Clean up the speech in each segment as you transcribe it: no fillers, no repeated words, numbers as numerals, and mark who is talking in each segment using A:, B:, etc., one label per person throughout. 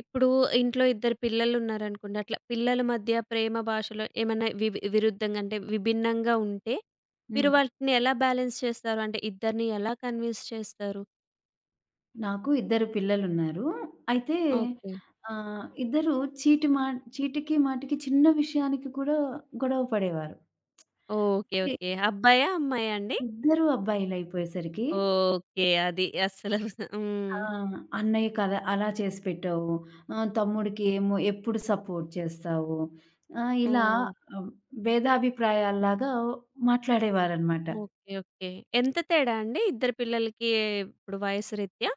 A: ఇప్పుడు ఇంట్లో ఇద్దరు పిల్లలున్నారనుకోండి. అట్లా పిల్లల మధ్య ప్రేమ భాషలో ఏమన్నా విరుద్ధంగా అంటే విభిన్నంగా ఉంటే, మీరు
B: హ్మ్.
A: వాటిని ఎలా బ్యాలెన్స్ చేస్తారు? అంటే ఇద్దరిని ఎలా కన్విన్స్ చేస్తారు?
B: నాకు ఇద్దరు పిల్లలున్నారు. అయితే
A: ఓకే.
B: ఇద్దరు చీటి మా చీటికి మాటికి చిన్న విషయానికి కూడా గొడవ పడేవారు.
A: ఓకే.
B: అంటే
A: ఓకే. అబ్బాయా? అమ్మాయా అండి?
B: ఇద్దరు అబ్బాయిలయిపోయేసరికి
A: ఓకే. అది అస్సలు హ్మ్.
B: "అన్నయ్యకి అలా అలా చేసి పెట్టావు. తమ్ముడికి ఏమో ఎప్పుడు సపోర్ట్ చేస్తావు." ఇలా
A: ఓహ్!
B: ఆహ్, భేదాభిప్రాయాల్లాగా మాట్లాడేవారనమాట.
A: ఓకే. ఓకే. ఎంత తేడా అండి ఇద్దరు పిల్లలకి ఇప్పుడు వయసు రీత్యా?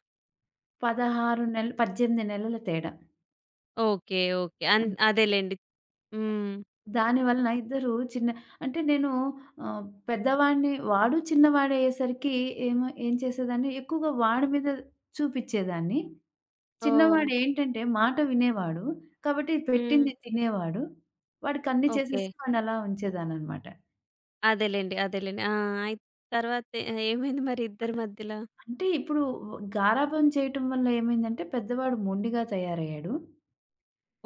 B: 16 నెలలు 18 నెలల తేడా.
A: ఓకే. ఓకే. అదేలెండి. హ్మ్.
B: దానివలన ఇద్దరు చిన్న అంటే నేను ఆహ్, పెద్దవాడిని వాడు చిన్నవాడు అయ్యేసరికి ఏమో ఏం చేసేదాన్ని ఎక్కువగా వాడి మీద చూపిచ్చేదాన్ని.
A: ఓహ్!
B: చిన్నవాడు ఏంటంటే మాట వినేవాడు. కాబట్టి
A: హ్మ్.
B: పెట్టింది తినేవాడు. వాడికన్నీ
A: ఓకే.
B: చేసేసి వాడినలా ఉంచేదాన్ననమాట.
A: అదేలెండి. అదేలెండి. ఆ! అయి తర్వాత ఏమైంది మరి ఇద్దరి మధ్యల?
B: అంటే ఇప్పుడు గారాబం చేయటం వల్ల ఏమైందంటే పెద్దవాడు మొండిగా తయారయ్యాడు.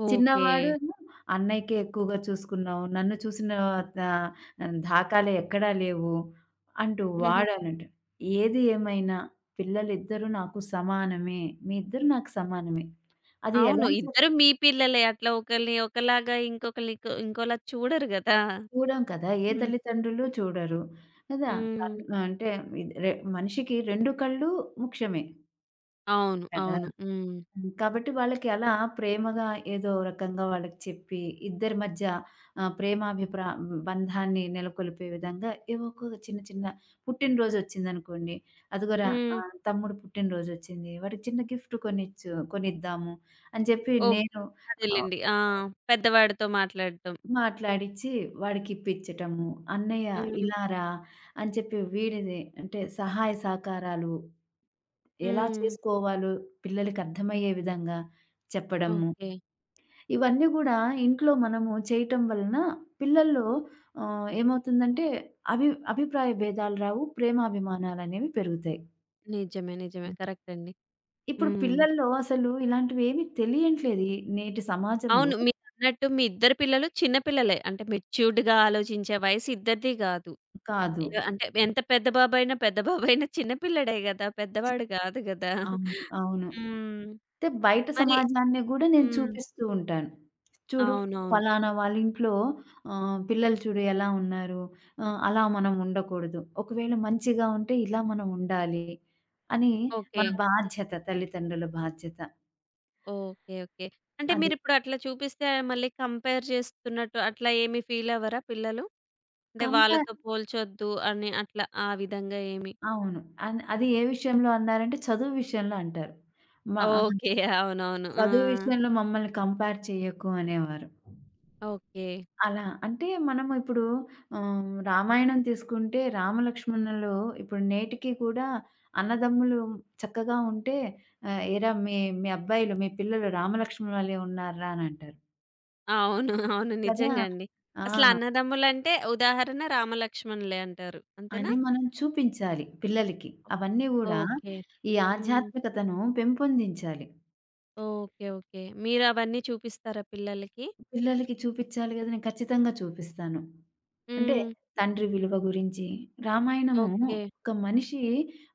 A: ఓకే.
B: చిన్నవాడేమో అన్నయ్యకే ఎక్కువగా చూసుకున్నావు. నన్ను చూసిన ద దాఖాలు ఎక్కడా లేవు అంటూ
A: హుహు.
B: వాడనంటాడు. ఏది ఏమైనా పిల్లలిద్దరూ నాకు సమానమే. మీ ఇద్దరు నాకు సమానమే. అది
A: అవును.
B: ఎలా
A: ఇద్దరు
B: చెప్పినా
A: మీ పిల్లలే. అట్లా ఒకళ్ళని ఒకలాగా ఇంకొకళ్ళని ఇంకోలా చూడరు గదా!
B: చూడం కదా! ఏ
A: హ్మ్.
B: తల్లిదండ్రులు చూడరు. కదా!
A: హ్మ్.
B: కన్ అంటే ఇది రె మనిషికి 2 కళ్ళు ముఖ్యమే.
A: అవును.
B: కదా!
A: అవును. హ్మ్.
B: హ్మ్. కాబట్టి వాళ్ళకి అలా ప్రేమగా ఏదో రకంగా వాళ్ళకి చెప్పి, ఇద్దరి మధ్య ఆహ్, ప్రేమాభిప్రా బంధాన్ని నెలకొల్పే విధంగా ఏవో ఒక చిన్న చిన్న పుట్టినరోజొచ్చిందనుకోండి, అదిగోరా
A: హ్మ్.
B: తమ్ముడు పుట్టినరోజొచ్చింది, వాడికి చిన్న గిఫ్ట్ కొనిద్దాము అని చెప్పి
A: ఓకే.
B: నేను ఆహ్,
A: అదేలెండి. ఆ! పెద్దవాడితో మాట్లాడటం.
B: మాట్లాడిచ్చి వాడికిప్పిచ్చటము. అన్నయ్య
A: హ్మ్.
B: ఇలా రా అని చెప్పి వీడిది అంటే సహాయ సహకారాలు ఎలా
A: హ్మ్.
B: చేసుకోవాలో పిల్లలకర్థమయ్యే విధంగా చెప్పడము.
A: ఓకే.
B: ఇవన్నీ గూడా ఇంట్లో మనము చేయటం వలన పిల్లల్లో ఏమవుతుందంటే అభి అభిప్రాయ భేదాలు రావు. ప్రేమాభిమానాలనేవి పెరుగుతాయి.
A: నిజమే. నిజమే.
B: హ్మ్.
A: కరెక్ట్ అండి.
B: ఇప్పుడు
A: హ్మ్.
B: పిల్లల్లో అసలు ఇలాంటివేమి తెలియట్లేదు. ఈ నేటి సమాజంలో.
A: అవును. మీరన్నట్టు మీ ఇద్దరు పిల్లలు చిన్న పిల్లలే. అంటే మెచ్యూర్డ్‌గా ఆలోచించే వయసు ఇద్దరిది గాదు.
B: కాదు.
A: ఇగ అంటే ఎంత పెద్ద బాబయినా, పెద్ద బాబయినా చిన్న పిల్లాడే గదా! పెద్దవాడు గాదు గదా!
B: అవును. అవును.
A: హ్మ్.
B: అయితే బయట
A: మరి
B: సమాజాన్ని గూడా నేను
A: హ్మ్.
B: చూపిస్తూ ఉంటాను. చూడు
A: అవునవును.
B: ఫలానా వాళ్ళింట్లో పిల్లలు చూడు ఎలా ఉన్నారు. అలా మనం ఉండకూడదు. ఒకవేళ మంచిగా ఉంటే ఇలా మనం ఉండాలి. అని
A: ఓకే.
B: మన బాధ్యత తల్లిదండ్రుల బాధ్యత.
A: ఓకే. ఓకే. అంటే
B: అది.
A: మీరిప్పుడు అట్లా చూపిస్తే మళ్ళీ కంపేర్ చేస్తున్నట్టు అట్లా ఏమి ఫీలవ్వరా పిల్లలు? అంటే
B: కంపేర్
A: వాళ్ళతో పోల్చొద్దు అని అట్లా ఆ విధంగా ఏమి?
B: అవును. అది ఏ విషయంలో అన్నారంటే చదువు విషయంలో అంటారు. మా
A: ఓకే. అవునవును. ఆ!
B: చదువు విషయంలో మమ్మల్ని కంపేర్ చేయకు అనేవారు.
A: ఓకే.
B: అలా. అంటే మనం ఇప్పుడు రామాయణం తీసుకుంటే రామలక్ష్మణులు ఇప్పుడు నేటికి కూడా అన్నదమ్ములు చక్కగా ఉంటే "ఏరా మీ మీ అబ్బాయిలు, మీ పిల్లలు రామలక్ష్మణుల వలే ఉన్నారురా" అని అంటారు.
A: అవును. అవును.
B: కదా!
A: నిజంగా అండి. అసలు
B: ఆ!
A: అన్నదమ్ములంటే ఉదాహరణ రామలక్ష్మణులే అంటారు. అంతేనా?
B: అని మనం చూపించాలి పిల్లలకి. అవన్నీ గూడా
A: ఓకే.
B: ఈ
A: హ్మ్.
B: ఆధ్యాత్మికతను పెంపొందించాలి.
A: ఓకే. ఓకే. మీరవన్నీ చూపిస్తారా పిల్లలకి?
B: పిల్లలకి చూపిచ్చాలి గదా! నేను ఖచ్చితంగా చూపిస్తాను. అంటే
A: హ్మ్.
B: తండ్రి విలువ గురించి, రామాయణము
A: ఓకే.
B: ఒక మనిషి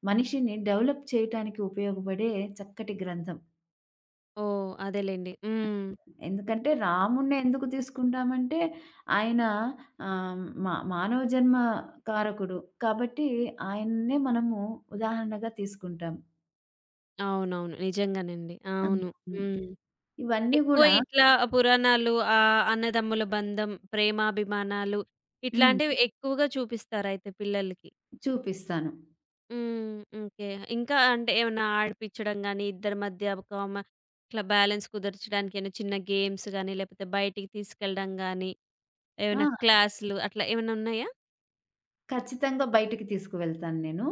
B: మనిషిని డెవలప్ చేయటానికి ఉపయోగపడే చక్కటి గ్రంథం.
A: ఓహ్! అదేలెండి. హ్మ్.
B: ఎందుకంటే రాముడిని ఎందుకు తీసుకుంటామంటే ఆయన మా మానవ జన్మ కారకుడు. కాబట్టి ఆయన్నే మనము ఉదాహరణగా తీసుకుంటాం.
A: అవునవును. నిజంగానండి.
B: ఆ!
A: అవును.
B: హ్మ్.
A: హ్మ్.
B: ఇవన్నీ
A: ఎక్కువ
B: గూడా
A: ఇట్లా పురాణాలు, అన్నదమ్ముల బంధం, ప్రేమాభిమానాలు
B: హ్మ్.
A: ఇట్లాంటివి ఎక్కువగా చూపిస్తారయితే పిల్లలకి.
B: చూపిస్తాను.
A: హ్మ్. ఓకే. ఇంకా అంటే ఏమన్నా ఆడిపిచ్చడం గాని, ఇద్దరి మధ్య ఒక ఇట్లా బ్యాలెన్స్ కుదర్చడానికి ఏమైనా చిన్న గేమ్స్ గాని, లేకపోతే బయటికి తీసుకెళ్ళడం గాని, ఏమైనా
B: ఆ!
A: క్లాసులు అట్లా ఏమన్నా ఉన్నాయా?
B: ఖచ్చితంగా బయటికి తీసుకువెళ్తాను నేను.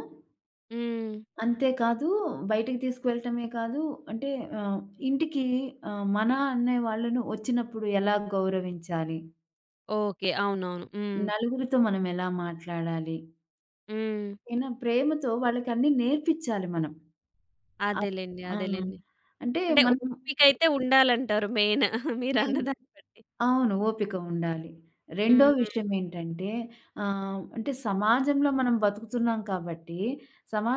A: హ్మ్.
B: అంతే కాదు, బయటికి తీసుకువెళ్ళటమే కాదు, అంటే ఆహ్, ఇంటికి మన అనే వాళ్ళను వచ్చినప్పుడు ఎలా గౌరవించాలి?
A: ఓకే. అవునవును. హ్మ్.
B: నలుగురితో మనం ఎలా మాట్లాడాలి?
A: హ్మ్.
B: ఏనా ప్రేమతో వాళ్ళకి అన్నీ నేర్పించాలి మనం. అప్
A: అదేలెండి.
B: ఆ!
A: అదేలెండి.
B: అంటే
A: అంటే
B: మనం
A: ఓపికైతే ఉండాలంటారు మెయిన్ మీరన్న
B: మెయిన్
A: దాన్ని బట్టి.
B: అవును. ఓపిక ఉండాలి. రెండో
A: హ్మ్.
B: విషయం ఏంటంటే అంటే సమాజంలో మనం బతుకుతున్నాం కాబట్టి,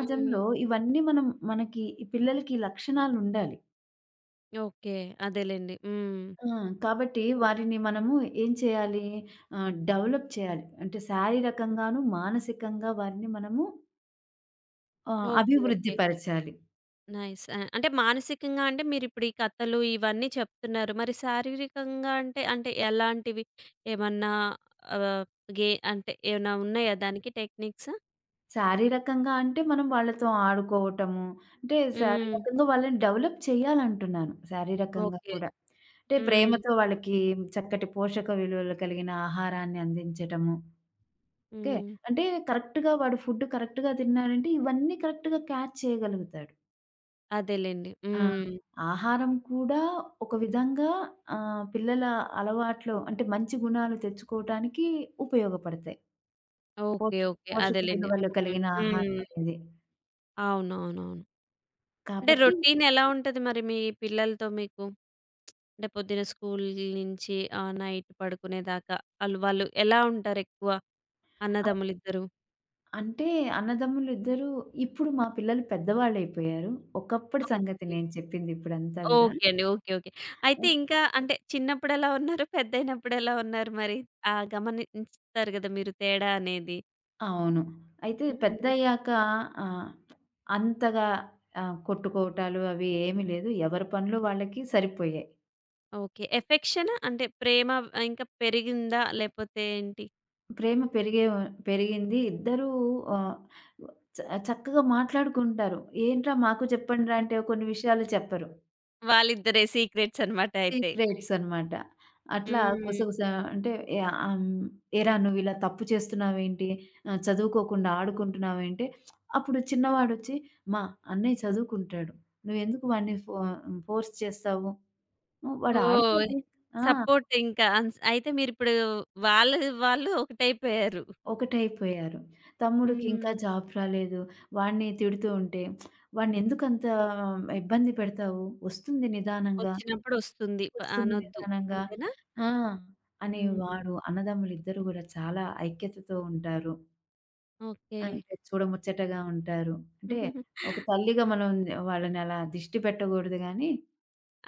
A: హ్మ్.
B: ఇవన్నీ మనం మనకి ఈ పిల్లలకి లక్షణాలుండాలి.
A: ఓకే. అదేలెండి. హ్మ్.
B: ఆ! కాబట్టి వారిని మనము ఏం చేయాలి? డెవలప్ చేయాలి. అంటే శారీరకంగాను, మానసికంగా వారిని మనము
A: ఓకే.
B: అభివృద్ధి
A: ఓకే.
B: పరచాలి.
A: నైస్. ఆ! అంటే మానసికంగా అంటే మీరిప్పుడు ఈ కథలు ఇవన్నీ చెప్తున్నారు. మరి శారీరకంగా అంటే, అంటే ఎలాంటివి? ఏమన్నా ఆహ్, అంటే ఏమైనా ఉన్నాయా దానికి టెక్నిక్స్?
B: శారీరకంగా అంటే మనం వాళ్ళతో ఆడుకోవటము, అంటే
A: హ్మ్.
B: శారీరకంగా వాళ్ళని డెవలప్ చేయాలంటున్నాను. శారీరకంగా
A: ఓకే.
B: కూడా. అంటే
A: హ్మ్.
B: ప్రేమతో వాళ్ళకి చక్కటి పోషక విలువలు కలిగిన ఆహారాన్ని అందించటము. ఓకే.
A: హ్మ్.
B: అంటే కరెక్ట్‌గా వాడు ఫుడ్ కరెక్ట్‌గా తిన్నాడంటే ఇవన్నీ కరెక్ట్‌గా క్యాచ్ చేయగలుగుతాడు.
A: అదేలెండి.
B: ఆ!
A: హ్మ్.
B: ఆహారం కూడా ఒక విధంగా పిల్లల అలవాట్లు అంటే మంచి గుణాలు తెచ్చుకోవటానికి ఉపయోగపడతాయి.
A: ఓకే.
B: పోష
A: ఓకే.
B: పోషక
A: అదేలెండి.
B: విలువలు
A: హ్మ్.
B: కలిగిన ఆహారం
A: హ్మ్.
B: అనేది.
A: అవునవునవును. అంటే హ్మ్.
B: కాబట్టి
A: రొటీన్ ఎలా ఉంటది మరి మీ పిల్లలతో మీకు? అంటే పొద్దున స్కూల్ నుంచి నైట్ పడుకునేదాకా వాళ్ళు ఎలా ఉంటారెక్కువ
B: అ
A: అన్నదమ్ములిద్దరూ?
B: అంటే అన్నదమ్ములు ఇద్దరూ ఇప్పుడు మా పిల్లలు పెద్దవాళ్ళయిపోయారు. ఒకప్పటి సంగతి
A: ఓకే.
B: నేను చెప్పింది ఇప్పుడంతా గూడా.
A: ఓకే అండి. ఓకే. ఓకే. అయితే ఇంకా అంటే చిన్నప్పుడెలా ఉన్నారు? పెద్దయినప్పుడెలా ఉన్నారు మరి? ఆ! గమనిస్తారు గదా మీరు తేడా అనేది.
B: అవును. అయితే
A: హ్మ్.
B: పెద్దయ్యాక ఆహ్, అంతగా కొట్టుకోవటాలు అవి ఏమీ లేదు. ఎవరి పనులు వాళ్ళకి సరిపోయాయి.
A: ఓకే. ఎఫెక్షనా? అంటే ప్రేమ ఇంకా పెరిగిందా? లేపోతే ఏంటి?
B: ప్రేమ పెరిగింది. ఇద్దరూ ఆహ్, చ చక్కగా మాట్లాడుకుంటారు. ఏంట్రా మాకు చెప్పండిరా అంటే కొన్ని విషయాలు చెప్పరు.
A: వాళ్ళిద్దరే సీక్రెట్స్ అన్నమాట అయితే.
B: సీక్రెట్స్ అన్నమాట. అట్లా
A: హ్మ్.
B: గుసగుస అంటే యాహ్, ఆహ్, ఏరా నువ్వు ఇలా తప్పు చేస్తున్నావేంటి? చదువుకోకుండా ఆడుకుంటున్నావేంటి? అప్పుడు చిన్నవాడొచ్చి, మా అన్నయ్య చదువుకుంటాడు. నువ్వెందుకు వాడిని ఫోర్స్ చేస్తావు? ఉ, వాడు
A: ఓహ్!
B: ఆడుకోని ఆ!
A: సపోర్ట్ ఇంకా అన్స్ అయితే మీరిప్పుడు వాళ్ళు, ఒకటైపోయారు.
B: ఒకటైపోయారు. తమ్ముడికింకా
A: హ్మ్.
B: జాబ్ రాలేదు. వాడిని తిడుతూ ఉంటే, "వాడినెందుకంత ఇబ్బంది పెడతావు? వస్తుంది నిదానంగా,
A: వచ్చినప్పుడు వస్తుంది.
B: వస్తుంది
A: అనొద్దు.
B: నిదానంగా"
A: అంతేనా?
B: ఆ! అని
A: హ్మ్.
B: వాడు అన్నదమ్ములిద్దరూ గూడా చాలా ఐక్యతతో ఉంటారు.
A: ఓకే.
B: అంటే చూడముచ్చటగా ఉంటారు. అంటే ఒక తల్లిగా మనం వాళ్ళని అలా దిష్టి పెట్టకూడదు గానీ,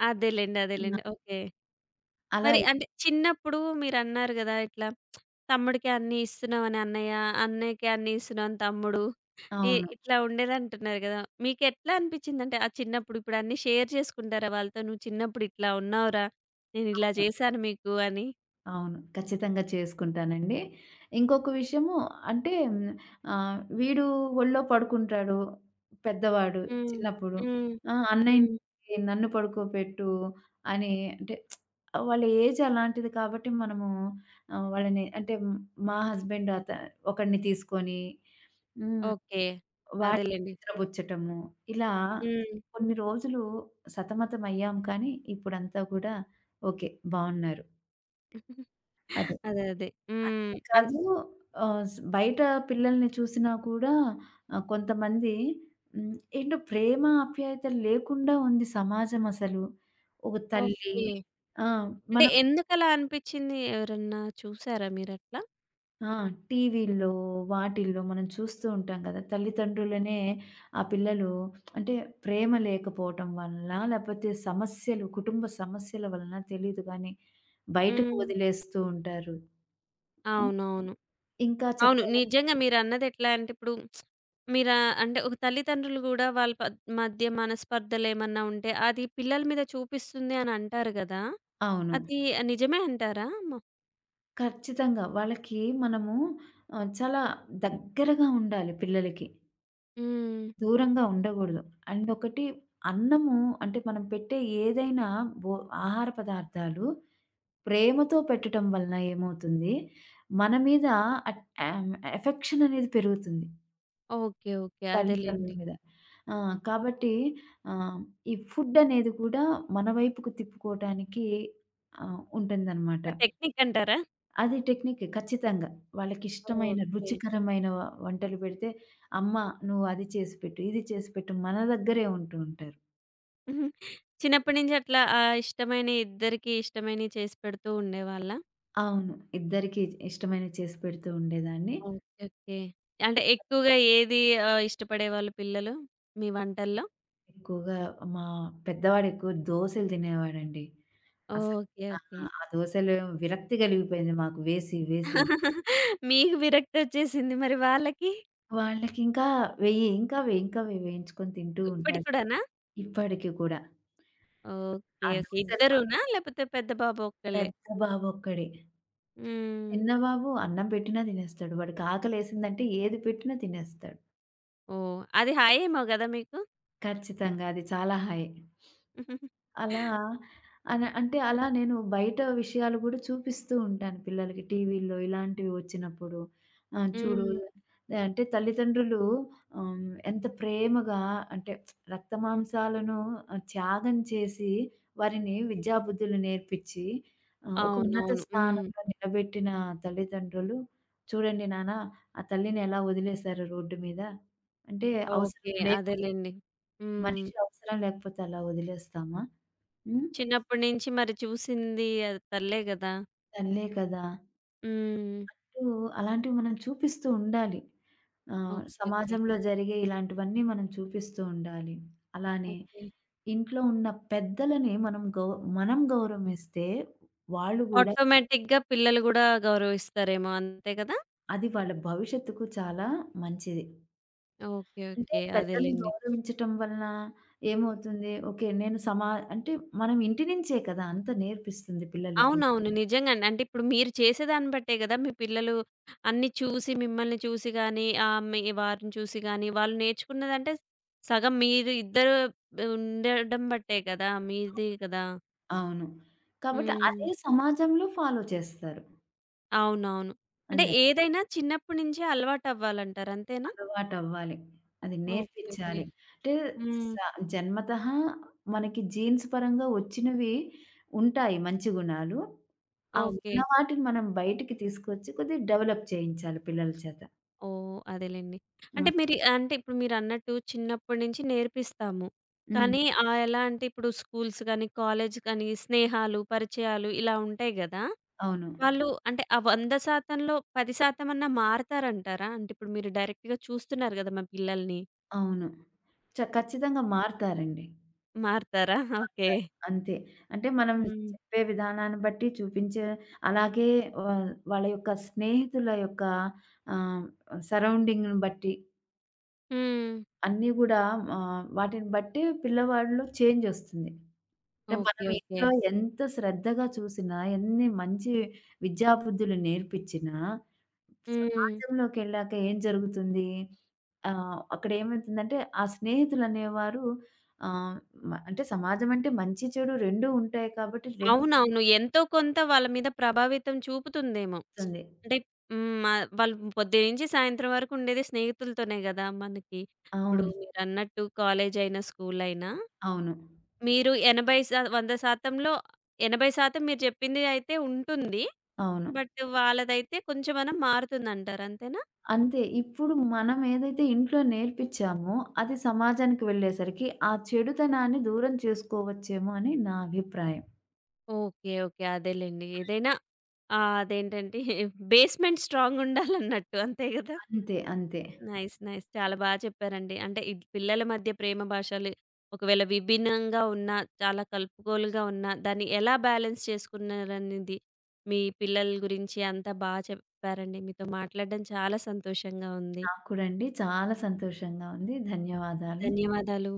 A: అదేలెండి. అదేలెండి. ఓకే.
B: అలా
A: మరి అంటే చిన్నప్పుడు మీరన్నారు గదా! ఇట్లా తమ్ముడికి అన్నీ ఇస్తున్నావని అన్నయ్య, అన్నయ్యకి అన్నీ ఇస్తున్నావని తమ్ముడు.
B: అవును.
A: ఇట్లా ఉండేదంటున్నారు గదా! మీకెట్లా అనిపిచ్చిందంటే ఆ చిన్నప్పుడు? ఇప్పుడు అన్నీ షేర్ చేసుకుంటారా వాళ్ళతో? నువ్వు చిన్నప్పుడు ఇట్లా ఉన్నావురా, నేనిలా
B: అవును.
A: చేశాను మీకు అని?
B: అవును. ఖచ్చితంగా చేసుకుంటానండి. ఇంకొక విషయము అంటే హ్మ్, వీడు ఒళ్ళో పడుకుంటాడు పెద్దవాడు
A: హ్మ్.
B: చిన్నప్పుడు.
A: హ్మ్.
B: ఆ!
A: హ్మ్.
B: "అన్నయ్యకి నన్ను పడుకోబెట్టు" అని అంటే వాళ్ళ ఏజ్ అలాంటిది కాబట్టి మనము వాళ్ళని అంటే మా హస్బెండ్ ఒకడిని తీసుకొని హ్మ్,
A: ఓకే.
B: వాడిని
A: అదేలెండి.
B: నిద్రపుచ్చటము. ఇలా
A: హ్మ్.
B: కొన్ని రోజులు సతమతం అయ్యాం కానీ ఇప్పుడంతా కూడా ఓకే. బావున్నారు. అది.
A: అదే. అదే. హ్మ్.
B: అంతేకాదు ఆహ్, స్ బయట పిల్లల్ని చూసినా కూడా కొంతమంది హ్మ్, ఏంటో ప్రేమ, ఆప్యాయతలు లేకుండా ఉంది సమాజం అసలు. ఒక తల్లి
A: ఓకే.
B: ఆ!
A: అంటే
B: మనం
A: ఎందుకలా అనిపిచ్చింది? ఎవరన్నా చూసారా మీరట్లా?
B: ఆ! టీవీల్లో, వాటిల్లో మనం చూస్తూ ఉంటాం కదా! తల్లిదండ్రులనే ఆ పిల్లలు అంటే ప్రేమ లేకపోవటం వలన, లేకపోతే సమస్యలు, కుటుంబ సమస్యల వలన తెలీదు గానీ, బయటకు
A: హ్మ్.
B: వదిలేస్తూ ఉంటారు. హ్మ్,
A: అవునవును.
B: ఇంకా
A: అవును.
B: చెప్పాలం
A: నిజంగా మీరన్నది ఎట్లా అంటే ఇప్పుడు మీరా అంటే ఒక తల్లిదండ్రులు గూడా వాళ్ళ మధ్య మనస్పర్ధలేమన్నా ఉంటే అది పిల్లల మీద చూపిస్తుంది అని అంటారు గదా!
B: అవును.
A: అది నిజమే అంటారా?
B: ఖచ్చితంగా. వాళ్ళకి మనము చాలా దగ్గరగా ఉండాలి పిల్లలకి.
A: హ్మ్.
B: దూరంగా ఉండగూడదు. అండ్ ఒకటి అన్నము అంటే మనం పెట్టే ఏదైనా భో ఆహార పదార్థాలు ప్రేమతో పెట్టటం వలన ఏమవుతుంది, మన మీద అట్ ఆహ్, ఎఫెక్షన్ అనేది పెరుగుతుంది
A: ఓకే. ఓకే.
B: తల్లిదండ్రుల
A: అదేలెండి.
B: మీద. ఆ! కాబట్టి ఆహ్, ఈ ఫుడ్ అనేది కూడా మన వైపుకు తిప్పుకోవటానికి ఉంటుందనమాట.
A: ఒక టెక్నిక్ అంటారా?
B: అది టెక్నిక్ ఖచ్చితంగా. వాళ్ళకిష్టమైన
A: ఓకే.
B: రుచికరమైన వంటలు పెడితే, "అమ్మ నువ్వు అది చేసి పెట్టు, ఇది చేసి పెట్టు" మన దగ్గరే ఉంటూ ఉంటారు.
A: మ్మ్. చిన్నప్పటి నుంచి అట్లా ఇష్టమైన ఇద్దరికీ ఇష్టమైనవి చేసి పెడుతూ ఉండేవాళ్ళా?
B: అవును. ఇద్దరికీ ఇష్టమైనవి చేసి పెడుతూ ఉండేదాన్ని.
A: ఓకే. ఓకే. అంటే ఎక్కువగా ఏది ఇష్టపడేవాళ్ళు పిల్లలు మీ వంటల్లో?
B: ఎక్కువగా మా పెద్దవాడు ఎక్కువ దోసలు తినేవాడండి. అసలు
A: ఓకే.
B: ఆ!
A: ఓకే.
B: ఆ దోసలు విరక్తి కలిగిపోయింది మాకు వేసి వేసి.
A: మీకు విరక్తొచ్చేసింది. మరి వాళ్ళకి?
B: వాళ్ళకింకా వెయ్యి, ఇంకా వెయ్యి, ఇంకా వెయ్యి వేయించుకొని తింటూ
A: ఇప్పటికి
B: ఉంటాడు.
A: కూడానా?
B: ఇప్పటికి కూడా.
A: ఓకే.
B: ఆ
A: ఓకే.
B: దోసలు మా
A: ఇద్దరూనా? లేపోతే పెద్ద బాబు ఒక్కళ్ళే?
B: పెద్ద బాబొక్కడే.
A: హ్మ్.
B: చిన్న బాబు అన్నం పెట్టినా తినేస్తాడు. వాడికి ఆకలేసిందంటే ఏది పెట్టినా తినేస్తాడు.
A: ఓహ్! అది హాయేమో గదా మీకు?
B: ఖచ్చితంగా అది చాలా హాయి. అలా అంటే అలా నేను బయట విషయాలు గూడా చూపిస్తూ ఉంటాను పిల్లలకి. టీవీల్లో ఇలాంటివి వచ్చినప్పుడు చూడు
A: హ్మ్.
B: అంటే తల్లిదండ్రులు ఆహ్, ఎంత ప్రేమగా అంటే రక్తమాంసాలను త్యాగం చేసి వారిని విద్యాబుద్ధులు నేర్పిచ్చి ఒక ఉన్నత
A: అవునవును. హ్మ్.
B: స్థానంలో నిలబెట్టిన తల్లిదండ్రులు, చూడండి నాన్న ఆ తల్లిని ఎలా వదిలేశారు రోడ్డు మీద. అంటే అవసరం
A: ఓకే.
B: లేక
A: అదేలెండి. హ్మ్.
B: మనిషి అవసరం లేకపోతే అలా వదిలేస్తామా? హ్మ్.
A: చిన్నప్పటి నుంచి మరి చూసింది అది తల్లే గదా!
B: తల్లే కదా!
A: హ్మ్.
B: సో, అలాంటివి మనం చూపిస్తూ ఉండాలి.
A: ఓకే. ఓకే.
B: సమాజంలో జరిగే ఇలాంటివన్నీ మనం చూపిస్తూ ఉండాలి. అలానే
A: ఓకే.
B: ఇంట్లో ఉన్న పెద్దలని మనం మనం గౌరవమిస్తే వాళ్ళు గూడా
A: ఆటోమేటిక్‌గా పిల్లలు గూడా గౌరవిస్తారేమో అంతే గదా!
B: అది వాళ్ళ భవిష్యత్తుకు చాలా మంచిది.
A: ఓకే.
B: అంటే
A: ఓకే.
B: పెద్దల్ని
A: అదేలెండి.
B: గౌరవించటం వలన ఏమవుతుంది? ఓకే. నేను అంటే మనం ఇంటి నుంచే కదా! అంతా నేర్పిస్తుంది పిల్లలకి.
A: అవునవును. నిజంగానే. అంటే ఇప్పుడు మీరు చేసేదాన్ని బట్టే గదా! మీ పిల్లలు అన్నీ చూసి మిమ్మల్ని చూసి గాని, మీ వారిని చూసి గాని వాళ్ళు నేర్చుకున్నదంటే సగం మీరు ఇద్దరు ఉండడం బట్టే కదా! మీదే కదా!
B: అవును. కాబట్టి
A: హ్మ్.
B: అదే సమాజంలో ఫాలో చేస్తారు.
A: అవునవును. అంటే
B: అదే.
A: ఏదైనా చిన్నప్పటి నుంచే అలవాటవ్వాలంటారు. అంతేనా?
B: అలవాటవ్వాలి. అది
A: ఓకే. ఓకే.
B: నేర్పించాలి. అంటే స
A: హ్మ్.
B: జన్మతః మనకి జీన్స్ పరంగా వచ్చినవి ఉంటాయి మంచి గుణాలు. ఆ
A: ఓకే.
B: ఉన్న వాటిని మనం బయటికి తీసుకొచ్చి కొద్దిగా డెవలప్ చేయించాలి పిల్లల చేత.
A: ఓహ్! అదేలెండి. అంటే
B: హ్మ్.
A: మీరు అంటే ఇప్పుడు మీరన్నట్టు చిన్నప్పటి నుంచి నేర్పిస్తాము.
B: హ్మ్.
A: కానీ ఎలా అంటే ఇప్పుడు స్కూల్స్ గాని, కాలేజ్ గాని, స్నేహాలు, పరిచయాలు ఇలా ఉంటాయి గదా!
B: అవును.
A: వాళ్ళు అంటే ఆ 100%లో 10% అన్నా మారతారంటారా? అంటే ఇప్పుడు మీరు డైరెక్ట్‌గా చూస్తున్నారు గదా! మా పిల్లల్ని.
B: అవును. ఖచ్చితంగా మారతారండి.
A: మారతారా? ఓకే.
B: క అంతే. అంటే మనం
A: హ్మ్.
B: చెప్పే విధానాన్ని బట్టి చూపించే అలాగే వా వాళ్ళ యొక్క స్నేహితుల యొక్క ఆహ్, సరౌండింగ్‌ని బట్టి
A: హ్మ్.
B: అన్నీ గూడా వాటిని బట్టి పిల్లవాడిలో చేంజ్ ఒస్తుంది. అంటే
A: ఓకే.
B: మనం
A: ఓకే.
B: ఇంట్లో ఎంత శ్రద్ధగా చూసినా, ఎన్ని మంచి విద్యాబుద్ధులు నేర్పిచ్చినా,
A: హ్మ్.
B: సమాజంలోకెళ్ళాక ఏం జరుగుతుంది? అక్కడ ఏమైతుందంటే, ఆ స్నేహితులనేవారు ఆహ్, మ అంటే సమాజం అంటే మంచి, చెడు 2 ఉంటాయి కాబట్టి 2
A: అవునవును. ఎంతో కొంత వాళ్ళ మీద ప్రభావితం చూపుతుందేమో.
B: ఉంటుంది.
A: అంటే హ్మ్. వాళ్ళు పొద్దున్నుంచి సాయంత్రం వరకు ఉండేది స్నేహితులతోనే గదా! మనకి. ఇప్పుడు
B: అవును.
A: మీరన్నట్టు కాలేజ్ అయినా, స్కూల్ అయినా
B: అవును.
A: మీరు 80 100% 80% మీరు చెప్పింది అయితే ఉంటుంది.
B: అవును.
A: బట్ వాళ్ళదైతే కొంచెమన్నా మారుతుందంటారు. అంతేనా?
B: అంతే. ఇప్పుడు మనం ఏదైతే ఇంట్లో నేర్పిచ్చామో, అది సమాజానికి వెళ్ళేసరికి ఆ చెడుతనాన్ని దూరం చేసుకోవచ్చేమో అని నా అభిప్రాయం.
A: ఓకే. ఓకే. అదేలెండి. ఏదైనా అదేంటంటే బేస్‌మెంట్ స్ట్రాంగ్ ఉండాలన్నట్టు అంతే గదా!
B: అంతే. అంతే.
A: నైస్. నైస్. చాలా బా చెప్పారండి. అంటే పిల్లల మధ్య ప్రేమ భాషలు ఒకవేళ విభిన్నంగా ఉన్నా, చాలా కలుపుకోలుగా ఉన్నా, దాన్ని ఎలా బ్యాలెన్స్ చేసుకున్నారనేది మీ పిల్లల గురించి అంతా బా చెప్పారండి. మీతో మాట్లాడడం చాలా సంతోషంగా ఉంది.
B: నాకు కూడా అండి చాలా సంతోషంగా ఉంది. ధన్యవాదాలు.
A: ధన్యవాదాలు.